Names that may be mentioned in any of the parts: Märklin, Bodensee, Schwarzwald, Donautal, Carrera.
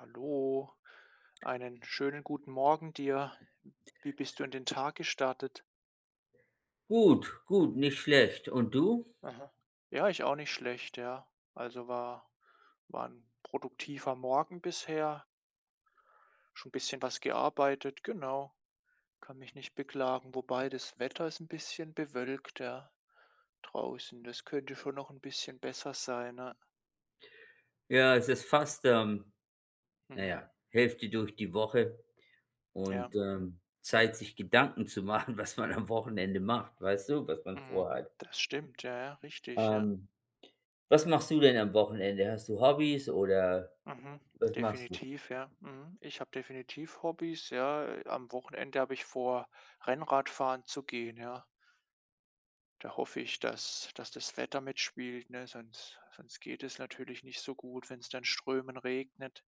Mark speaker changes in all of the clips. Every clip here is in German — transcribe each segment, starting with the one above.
Speaker 1: Hallo, einen schönen guten Morgen dir. Wie bist du in den Tag gestartet?
Speaker 2: Gut, gut, nicht schlecht. Und du?
Speaker 1: Aha. Ja, ich auch nicht schlecht, ja. War ein produktiver Morgen bisher, schon ein bisschen was gearbeitet, genau. Kann mich nicht beklagen, wobei das Wetter ist ein bisschen bewölkt, ja, draußen. Das könnte schon noch ein bisschen besser sein, ne?
Speaker 2: Ja, es ist fast, na
Speaker 1: Mhm.
Speaker 2: ja, Hälfte durch die Woche
Speaker 1: Ja,
Speaker 2: und, Zeit, sich Gedanken zu machen, was man am Wochenende macht, weißt du, was man
Speaker 1: mhm.
Speaker 2: vorhat.
Speaker 1: Das stimmt, ja, ja, richtig, ja.
Speaker 2: Ähm, Was machst du denn am Wochenende? Hast du Hobbys oder
Speaker 1: Mhm,
Speaker 2: was machst du?
Speaker 1: definitiv, ja. Mhm. Ich habe definitiv Hobbys, ja. Am Wochenende habe ich vor, Rennradfahren zu gehen, ja. Da hoffe ich, dass das Wetter mitspielt, ne? Sonst geht es natürlich nicht so gut, wenn es dann strömen regnet.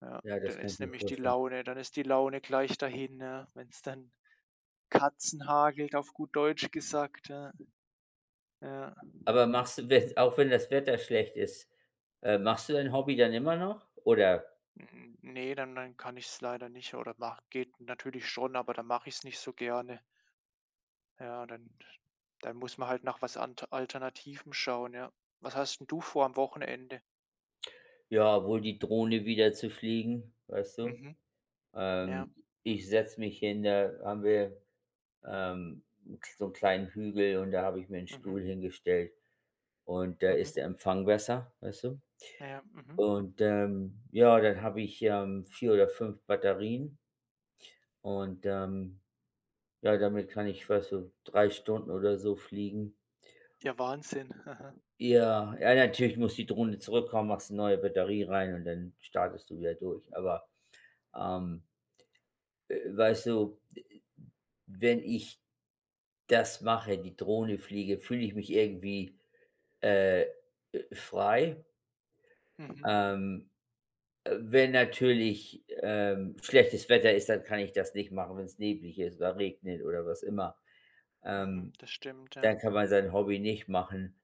Speaker 1: Ja,
Speaker 2: Ja, das
Speaker 1: dann
Speaker 2: kann ich
Speaker 1: ist
Speaker 2: mir
Speaker 1: nämlich die
Speaker 2: vorstellen.
Speaker 1: Laune, dann ist die Laune gleich dahin, ne? Wenn es dann Katzen hagelt, auf gut Deutsch gesagt, ja. Ja. N-
Speaker 2: Aber machst du, wenn auch wenn das Wetter schlecht ist, machst du dein Hobby dann immer noch? Oder
Speaker 1: Nee, dann kann ich es leider nicht oder mach, geht natürlich schon, aber dann mache ich es nicht so gerne. Ja, dann muss man halt nach was ant Alternativem schauen, ja. Was hast 'n du vor am Wochenende?
Speaker 2: ja, wohl die Drohne wieder zu fliegen, weißt du?
Speaker 1: Mhm. Ja.
Speaker 2: Ähm, Ich setze mich hin, da haben wir ähm, so 'n kleinen Hügel, und da habe ich mir einen
Speaker 1: Mhm.
Speaker 2: Stuhl hingestellt, und da
Speaker 1: Mhm.
Speaker 2: ist der Empfang besser, weißt du?
Speaker 1: Ja. Mhm.
Speaker 2: Und, ja, dann habe ich, 4 oder 5 Batterien und, ja, damit kann ich, weißt du, 3 Stunden oder so fliegen.
Speaker 1: Ja, Wahnsinn. Aha.
Speaker 2: Ja, ja, natürlich muss die Drohne zurückkommen, machst eine neue Batterie rein, und dann startest du wieder durch. Aber, ähm, weißt du, wenn ich das mache, die Drohne fliege, fühle ich mich irgendwie, äh, frei.
Speaker 1: Mhm.
Speaker 2: Ähm, wenn natürlich, schlechtes Wetter ist, dann kann ich das nicht machen, wenn es neblig ist oder regnet oder was immer.
Speaker 1: Mhm.
Speaker 2: Ähm,
Speaker 1: Das stimmt, ja.
Speaker 2: dann kann man sein Hobby nicht machen.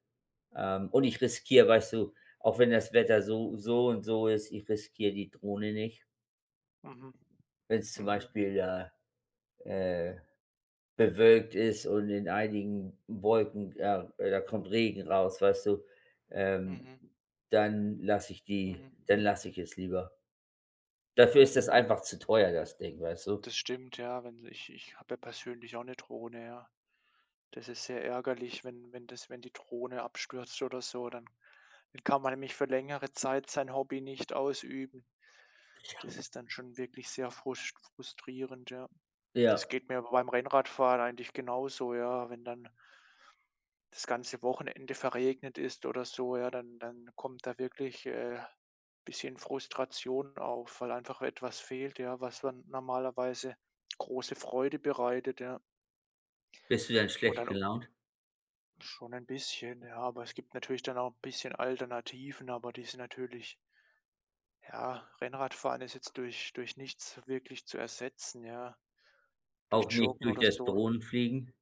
Speaker 2: Und ich riskiere, weißt du, auch wenn das Wetter so und so ist, ich riskiere die Drohne nicht.
Speaker 1: Mhm.
Speaker 2: Wenn es zum
Speaker 1: Mhm.
Speaker 2: Beispiel, äh, bewölkt ist und in einigen Wolken, da kommt Regen raus, weißt du, ähm,
Speaker 1: Mhm. Mhm.
Speaker 2: dann lasse ich es lieber. Dafür ist das
Speaker 1: Mhm.
Speaker 2: einfach zu teuer, das Ding, weißt du?
Speaker 1: Das stimmt, ja, wenn ich habe ja persönlich auch eine Drohne, ja. Das ist sehr ärgerlich, wenn wenn das wenn die Drohne abstürzt oder so, dann kann man nämlich für längere Zeit sein Hobby nicht ausüben. Das ist dann schon wirklich sehr fruscht frustrierend, ja. Das
Speaker 2: Ja.
Speaker 1: geht mir aber beim Rennradfahren eigentlich genauso, ja. Wenn dann das ganze Wochenende verregnet ist oder so, ja, dann kommt da wirklich, bisschen Frustration auf, weil einfach etwas fehlt, ja, was dann normalerweise große Freude bereitet, ja.
Speaker 2: Bist du dann
Speaker 1: Und
Speaker 2: schlecht
Speaker 1: dann
Speaker 2: gelaunt?
Speaker 1: schon ein bisschen, ja, aber es gibt natürlich dann auch ein bisschen Alternativen, aber die sind natürlich ja, Rennradfahren ist jetzt durch nichts wirklich zu ersetzen, ja. Durch
Speaker 2: Auch nicht
Speaker 1: Joggen
Speaker 2: durch
Speaker 1: oder
Speaker 2: das
Speaker 1: so,
Speaker 2: Drohnenfliegen?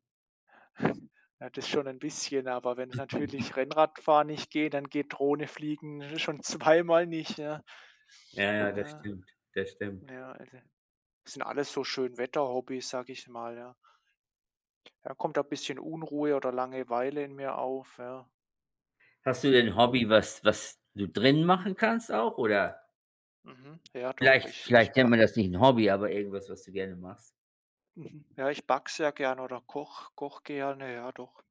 Speaker 1: ja, das schon ein bisschen, aber wenn es natürlich Rennradfahren nicht geht, dann geht Drohne fliegen schon zweimal nicht, ja.
Speaker 2: Ja, ja, das
Speaker 1: Äh,
Speaker 2: stimmt, das stimmt.
Speaker 1: ja, also, das sind alles so schön Wetterhobbys, sag ich mal, ja. Da kommt da bisschen Unruhe oder Langeweile in mir auf, ja.
Speaker 2: Hast du denn 'n
Speaker 1: Mhm,
Speaker 2: Hobby, was du drin machen kannst auch, oder
Speaker 1: mhm, ja doch,
Speaker 2: vielleicht
Speaker 1: ich ich
Speaker 2: vielleicht nennt
Speaker 1: ba
Speaker 2: man das nicht ein Hobby, aber irgendwas, was du gerne machst?
Speaker 1: mhm, ja, ich backe sehr gerne oder koche gerne, ja doch.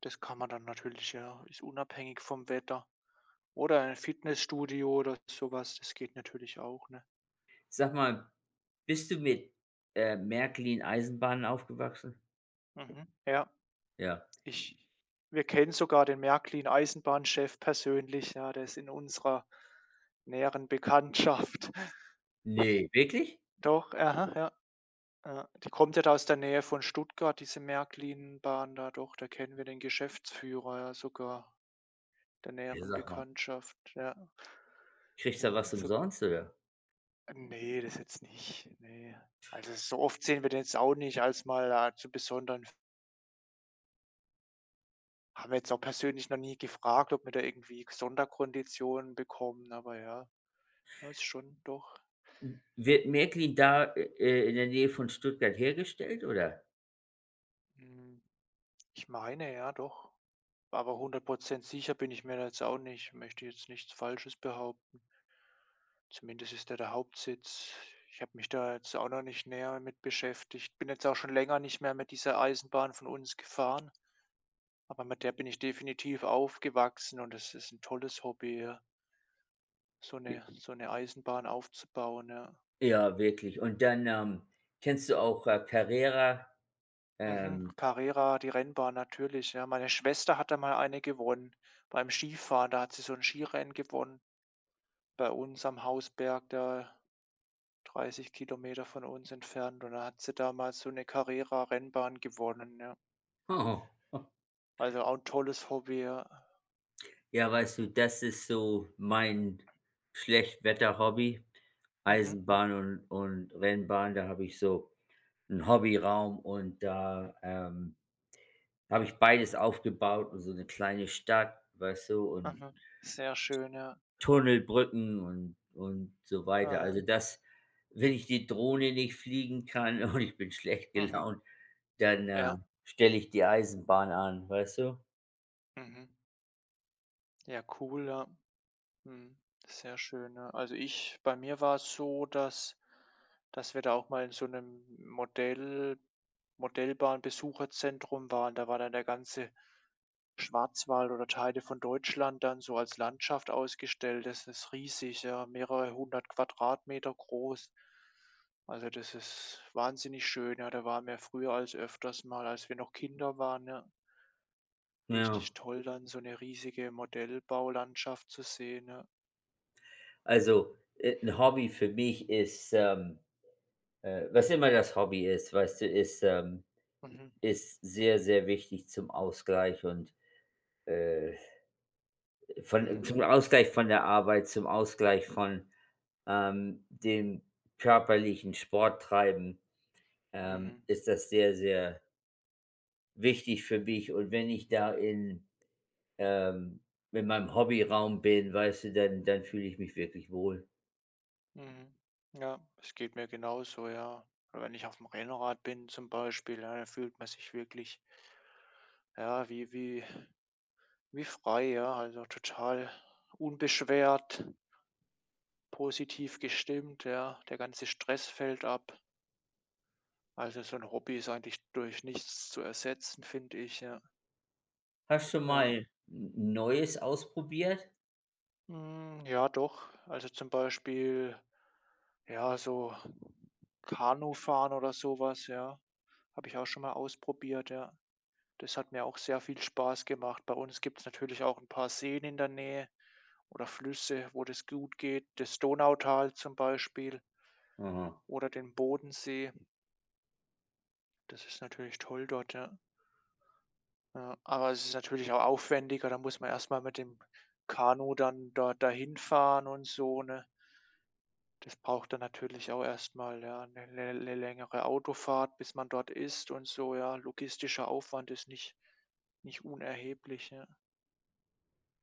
Speaker 1: Das kann man dann natürlich ja, ist unabhängig vom Wetter. Oder ein Fitnessstudio oder sowas, das geht natürlich auch, ne?
Speaker 2: Sag mal, bist du mit, Märklin-Eisenbahnen aufgewachsen?
Speaker 1: Mhm. Ja,
Speaker 2: Ja.
Speaker 1: ich wir kennen sogar den Märklin-Eisenbahnchef persönlich, ja, der ist in unserer näheren Bekanntschaft.
Speaker 2: Ne, wirklich?
Speaker 1: Doch, aha, ja, ja. Die kommt ja da aus der Nähe von Stuttgart, diese Märklin-Bahn da doch, da kennen wir den Geschäftsführer ja sogar der
Speaker 2: Ja,
Speaker 1: näheren
Speaker 2: sag mal,
Speaker 1: Bekanntschaft, ja.
Speaker 2: kriegst du da
Speaker 1: Ja,
Speaker 2: was
Speaker 1: also
Speaker 2: umsonst, oder?
Speaker 1: ne, das jetzt nicht, ne. Also, so oft sehen wir den jetzt auch nicht als mal, zu besonderen Haben wir jetzt auch persönlich noch nie gefragt, ob wir da irgendwie Sonderkonditionen bekommen, aber ja, ja, ist schon doch
Speaker 2: Wird Märklin da, in der Nähe von Stuttgart hergestellt, oder?
Speaker 1: hm, ich meine, ja doch. Aber 100 sicher bin ich mir da jetzt auch nicht. Möchte jetzt nichts Falsches behaupten. Zumindest ist der Hauptsitz. Ich habe mich da jetzt auch noch nicht näher mit beschäftigt. Bin jetzt auch schon länger nicht mehr mit dieser Eisenbahn von uns gefahren, aber mit der bin ich definitiv aufgewachsen und es ist ein tolles Hobby, ja, so eine Eisenbahn aufzubauen, ja.
Speaker 2: Ja, wirklich. Und dann, kennst du auch, Carrera?
Speaker 1: Mhm,
Speaker 2: Ähm,
Speaker 1: Carrera, die Rennbahn natürlich, ja. Meine Schwester hat da mal eine gewonnen beim Skifahren. Da hat sie so ein Skirennen gewonnen bei uns am Hausberg, da 30 Kilometer von uns entfernt. Und da hat sie damals so eine Carrera-Rennbahn gewonnen, ja.
Speaker 2: oh.
Speaker 1: Also, auch ein tolles Hobby, ja.
Speaker 2: Ja, weißt du, das ist so mein Schlechtwetter-Hobby.
Speaker 1: Mhm,
Speaker 2: Eisenbahn und Rennbahn, da habe ich so 'n Hobbyraum, und da, habe ich beides aufgebaut, und so eine kleine Stadt, weißt du, und
Speaker 1: mhm. Sehr schön, ja.
Speaker 2: Tunnelbrücken und so weiter.
Speaker 1: Mhm,
Speaker 2: Also, das wenn ich die Drohne nicht fliegen kann und ich bin schlecht
Speaker 1: mhm.
Speaker 2: gelaunt, dann,
Speaker 1: Ja,
Speaker 2: stelle ich die Eisenbahn an, weißt du?
Speaker 1: mhm. Ja, cool, ja. Mhm. Sehr schön, ne? Also ich bei mir war es so, dass wir da auch mal in so einem Modellbahnbesucherzentrum waren. Da war dann der ganze Schwarzwald oder Teile von Deutschland dann so als Landschaft ausgestellt. Das ist riesig, ja, mehrere hundert Quadratmeter groß. Also, das ist wahnsinnig schön, ja. Da waren wir früher als öfters mal, als wir noch Kinder waren, ja.
Speaker 2: Ja.
Speaker 1: Richtig toll, dann so eine riesige Modellbaulandschaft zu sehen, ja.
Speaker 2: Also, 'n Hobby für mich ist, was immer das Hobby ist, weißt du, ist, ähm
Speaker 1: Mhm.
Speaker 2: ist sehr, sehr wichtig zum Ausgleich, und, äh, von
Speaker 1: Mhm,
Speaker 2: zum Ausgleich von der Arbeit, zum Ausgleich von, dem körperlichen Sporttreiben. ähm,
Speaker 1: mhm,
Speaker 2: ist das sehr, sehr wichtig für mich. Und wenn ich da ähm, in meinem Hobbyraum bin, weißt du, dann fühle ich mich wirklich wohl.
Speaker 1: mhm. Ja, es geht mir genauso, ja. Oder wenn ich auf dem Rennrad bin zum Beispiel, ja, da fühlt man sich wirklich ja, wie frei, ja, also total unbeschwert, positiv gestimmt, ja. Der ganze Stress fällt ab. Also, so ein Hobby ist eigentlich durch nichts zu ersetzen, finde ich, ja.
Speaker 2: Hast du
Speaker 1: Ja.
Speaker 2: mal Neues ausprobiert?
Speaker 1: Hm, ja doch. Also, zum Beispiel, ja, so Kanufahren oder sowas, ja. Habe ich auch schon mal ausprobiert, ja. Das hat mir auch sehr viel Spaß gemacht. Bei uns gibt es natürlich auch ein paar Seen in der Nähe oder Flüsse, wo das gut geht. Das Donautal zum Beispiel
Speaker 2: Aha.
Speaker 1: oder den Bodensee. Das ist natürlich toll dort, ja. Ja, aber es ist natürlich auch aufwendiger. Da muss man erst mal mit dem Kanu dann dort dahin fahren und so, ne? Das braucht dann natürlich auch erstmal, ja, eine längere Autofahrt, bis man dort ist und so, ja. Logistischer Aufwand ist nicht unerheblich, ja.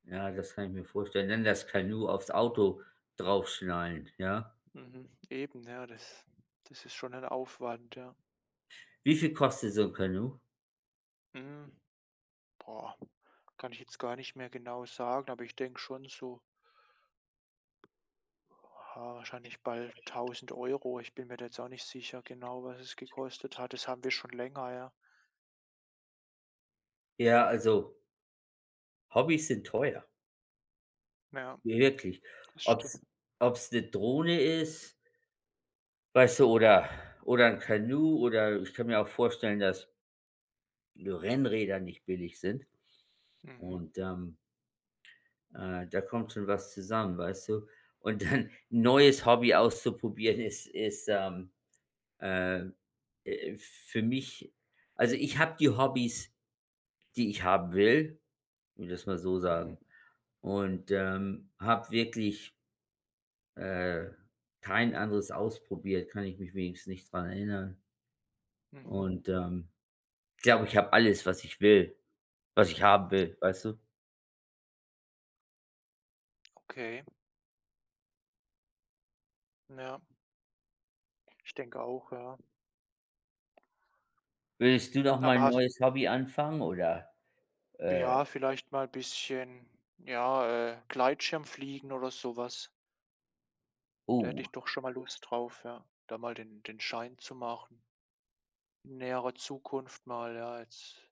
Speaker 2: Ja, das kann ich mir vorstellen. Dann das Kanu aufs Auto draufschnallen, ja.
Speaker 1: Mhm. Eben, ja, das ist schon ein Aufwand, ja.
Speaker 2: Wie viel kostet so ein Kanu?
Speaker 1: Hm, boah, kann ich jetzt gar nicht mehr genau sagen, aber ich denke schon so, ah, wahrscheinlich bald 1.000 Euro. Ich bin mir da jetzt auch nicht sicher genau, was es gekostet hat. Das haben wir schon länger, ja.
Speaker 2: Ja, also, Hobbys sind teuer.
Speaker 1: Ja,
Speaker 2: Wirklich.
Speaker 1: das
Speaker 2: Ob's,
Speaker 1: stimmt.
Speaker 2: ob's eine Drohne ist, weißt du, oder ein Kanu, oder ich kann mir auch vorstellen, dass Rennräder nicht billig sind,
Speaker 1: Mhm.
Speaker 2: und, da kommt schon was zusammen, weißt du? Und dann 'n neues Hobby auszuprobieren ist, äh, für mich, also, ich habe die Hobbys, die ich haben will, will das mal so sagen,
Speaker 1: Mhm.
Speaker 2: und, habe wirklich, äh, kein anderes ausprobiert, kann ich mich wenigstens nicht dran erinnern,
Speaker 1: Mhm.
Speaker 2: und, ich glaube, ich habe alles, was ich haben will, weißt du?
Speaker 1: Okay. Ja, ich denke auch, ja.
Speaker 2: Würdest du noch mal
Speaker 1: Aber
Speaker 2: ein
Speaker 1: hast
Speaker 2: neues Hobby anfangen, oder, äh
Speaker 1: ja, vielleicht mal ein bisschen, ja, Gleitschirmfliegen oder sowas. Da hätte
Speaker 2: oh,
Speaker 1: ich doch schon mal Lust drauf, ja, da mal den Schein zu machen. In näherer Zukunft mal, ja, jetzt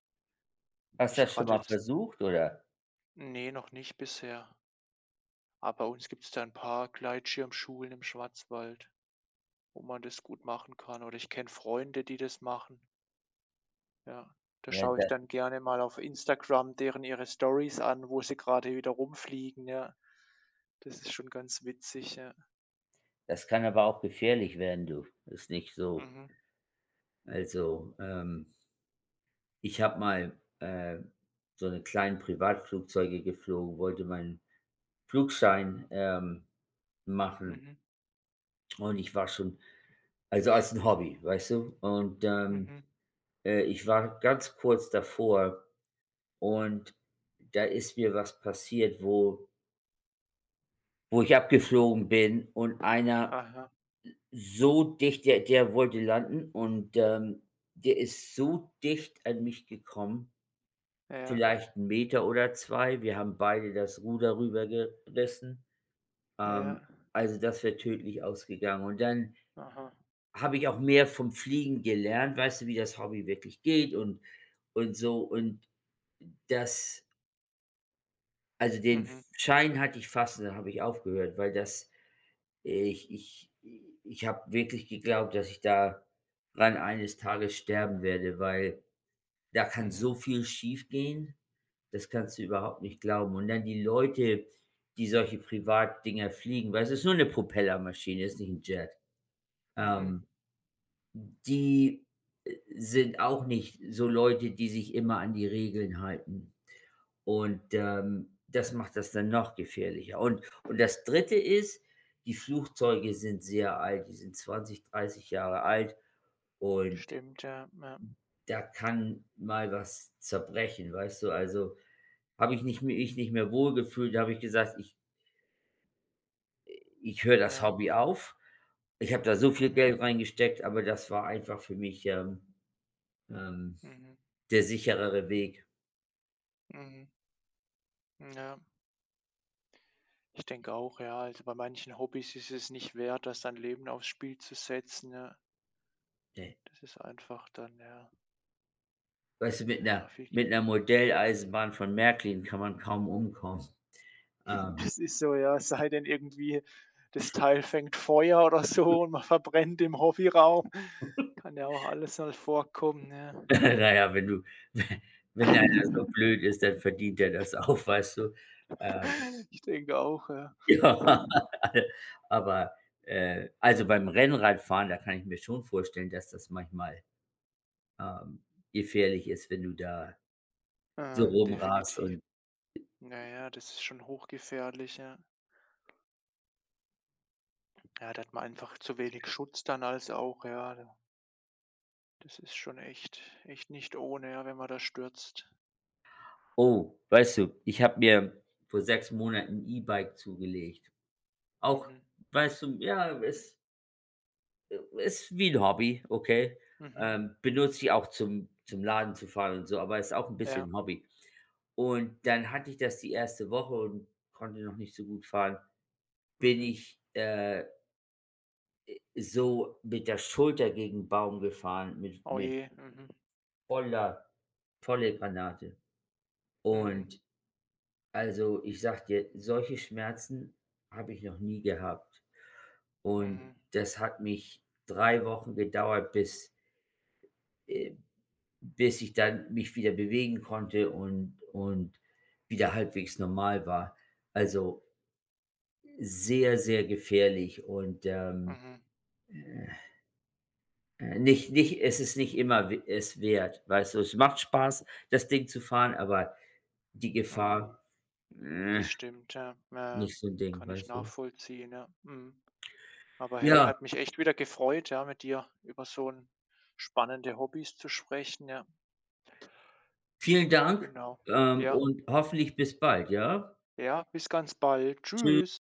Speaker 2: hast du
Speaker 1: nicht
Speaker 2: das schon
Speaker 1: gerade
Speaker 2: mal
Speaker 1: jetzt,
Speaker 2: versucht, oder?
Speaker 1: nee, noch nicht bisher. Aber bei uns gibt es da ein paar Gleitschirmschulen im Schwarzwald, wo man das gut machen kann. Oder ich kenne Freunde, die das machen. Ja, da
Speaker 2: Ja,
Speaker 1: schaue
Speaker 2: da
Speaker 1: ich dann gerne mal auf Instagram deren ihre Stories an, wo sie gerade wieder rumfliegen, ja. Das ist schon ganz witzig, ja.
Speaker 2: das kann aber auch gefährlich werden, du. Ist nicht so.
Speaker 1: Mhm.
Speaker 2: Also, ich habe mal, so 'ne kleinen Privatflugzeuge geflogen, wollte meinen Flugschein, machen,
Speaker 1: Mhm.
Speaker 2: und ich war schon, also, als ein Hobby, weißt du? Und,
Speaker 1: Mhm.
Speaker 2: ich war ganz kurz davor, und da ist mir was passiert, wo ich abgeflogen bin, und einer
Speaker 1: Aha.
Speaker 2: so dicht, der wollte landen, und, der ist so dicht an mich gekommen,
Speaker 1: Ja.
Speaker 2: vielleicht 'n Meter oder zwei. Wir haben beide das Ruder rübergerissen. Ähm,
Speaker 1: Ja.
Speaker 2: also, das wäre tödlich ausgegangen. Und dann
Speaker 1: Aha.
Speaker 2: habe ich auch mehr vom Fliegen gelernt, weißt du, wie das Hobby wirklich geht, und so. Und das also, den
Speaker 1: Mhm.
Speaker 2: Schein hatte ich fast, und dann habe ich aufgehört. Weil das Ich ich ich habe wirklich geglaubt, dass ich daran eines Tages sterben werde, weil da kann so
Speaker 1: Mhm.
Speaker 2: viel schiefgehen, das kannst du überhaupt nicht glauben. Und dann die Leute, die solche Privatdinger fliegen, weil es ist nur eine Propellermaschine, ist nicht ein Jet.
Speaker 1: Mhm.
Speaker 2: Ähm die, sind auch nicht so Leute, die sich immer an die Regeln halten. Und, das macht das dann noch gefährlicher. Und das Dritte ist, die Flugzeuge sind sehr alt, die sind 20, 30 Jahre alt, und
Speaker 1: Stimmt, ja. Ja.
Speaker 2: da kann mal was zerbrechen, weißt du? Also, habe ich nicht mich nicht mehr wohlgefühlt, da habe ich gesagt: „Ich höre das
Speaker 1: Ja.
Speaker 2: Hobby auf." Ich habe da so viel
Speaker 1: Mhm.
Speaker 2: Geld reingesteckt, aber das war einfach für mich, ähm
Speaker 1: Mhm.
Speaker 2: der sicherere Weg.
Speaker 1: Mhm. Ja. Ich denke auch, ja, also, bei manchen Hobbys ist es nicht wert, das sein Leben aufs Spiel zu setzen, ja.
Speaker 2: Ne.
Speaker 1: Das ist einfach dann, ja,
Speaker 2: Weißt du,
Speaker 1: ja, viel.
Speaker 2: mit 'ner Modelleisenbahn von Märklin kann man kaum umkommen. Ähm,
Speaker 1: Das ist so, ja, es sei denn irgendwie, das Teil fängt Feuer oder so und man verbrennt im Hobbyraum. Kann ja auch alles mal vorkommen, ja.
Speaker 2: na ja, wenn du wenn einer so blöd ist, dann verdient er das auch, weißt du? Ähm,
Speaker 1: Ich denke auch, ja.
Speaker 2: ja, aber, also, beim Rennradfahren, da kann ich mir schon vorstellen, dass das manchmal, ähm, gefährlich ist, wenn du da so rumrast und,
Speaker 1: Definitiv. Naja, das ist schon hochgefährlich, ja. Ja, da hat man einfach zu wenig Schutz dann als auch, ja. Da das ist schon echt nicht ohne, ja, wenn man da stürzt.
Speaker 2: oh, weißt du, ich habe mir vor 6 Monaten 'n E-Bike zugelegt. Auch,
Speaker 1: Mhm.
Speaker 2: weißt du, ja, es ist wie ein Hobby, okay?
Speaker 1: Mhm.
Speaker 2: Benutze ich auch zum Laden zu fahren und so, aber ist auch ein bisschen
Speaker 1: Ja.
Speaker 2: 'n Hobby. Und dann hatte ich das die erste Woche und konnte noch nicht so gut fahren. Bin
Speaker 1: Mhm.
Speaker 2: ich, so mit der Schulter gegen 'n Baum gefahren, mit
Speaker 1: Oh
Speaker 2: mit
Speaker 1: je. Mhm.
Speaker 2: voller volle Granate.
Speaker 1: Mhm.
Speaker 2: Und, also, ich sage dir, solche Schmerzen habe ich noch nie gehabt.
Speaker 1: Mhm.
Speaker 2: Und
Speaker 1: Mhm.
Speaker 2: das hat mich 3 Wochen gedauert, äh Bis ich dann mich wieder bewegen konnte und wieder halbwegs normal war. Also, sehr, sehr gefährlich, und,
Speaker 1: Mhm.
Speaker 2: nicht es ist nicht immer w es wert, weißt du? Es macht Spaß, das Ding zu fahren, aber die
Speaker 1: Mhm.
Speaker 2: Gefahr, äh,
Speaker 1: Das stimmt, ja. Ja,
Speaker 2: nicht so ein Ding,
Speaker 1: kann ich
Speaker 2: weißt du?
Speaker 1: nachvollziehen, ja. Mhm. Aber hey,
Speaker 2: Ja,
Speaker 1: hat mich echt wieder gefreut, ja, mit dir über so 'n spannende Hobbys zu sprechen, ja.
Speaker 2: vielen Dank,
Speaker 1: Genau. Ja,
Speaker 2: und hoffentlich bis bald, ja?
Speaker 1: ja, bis ganz bald.
Speaker 2: Tschü
Speaker 1: Tschüss.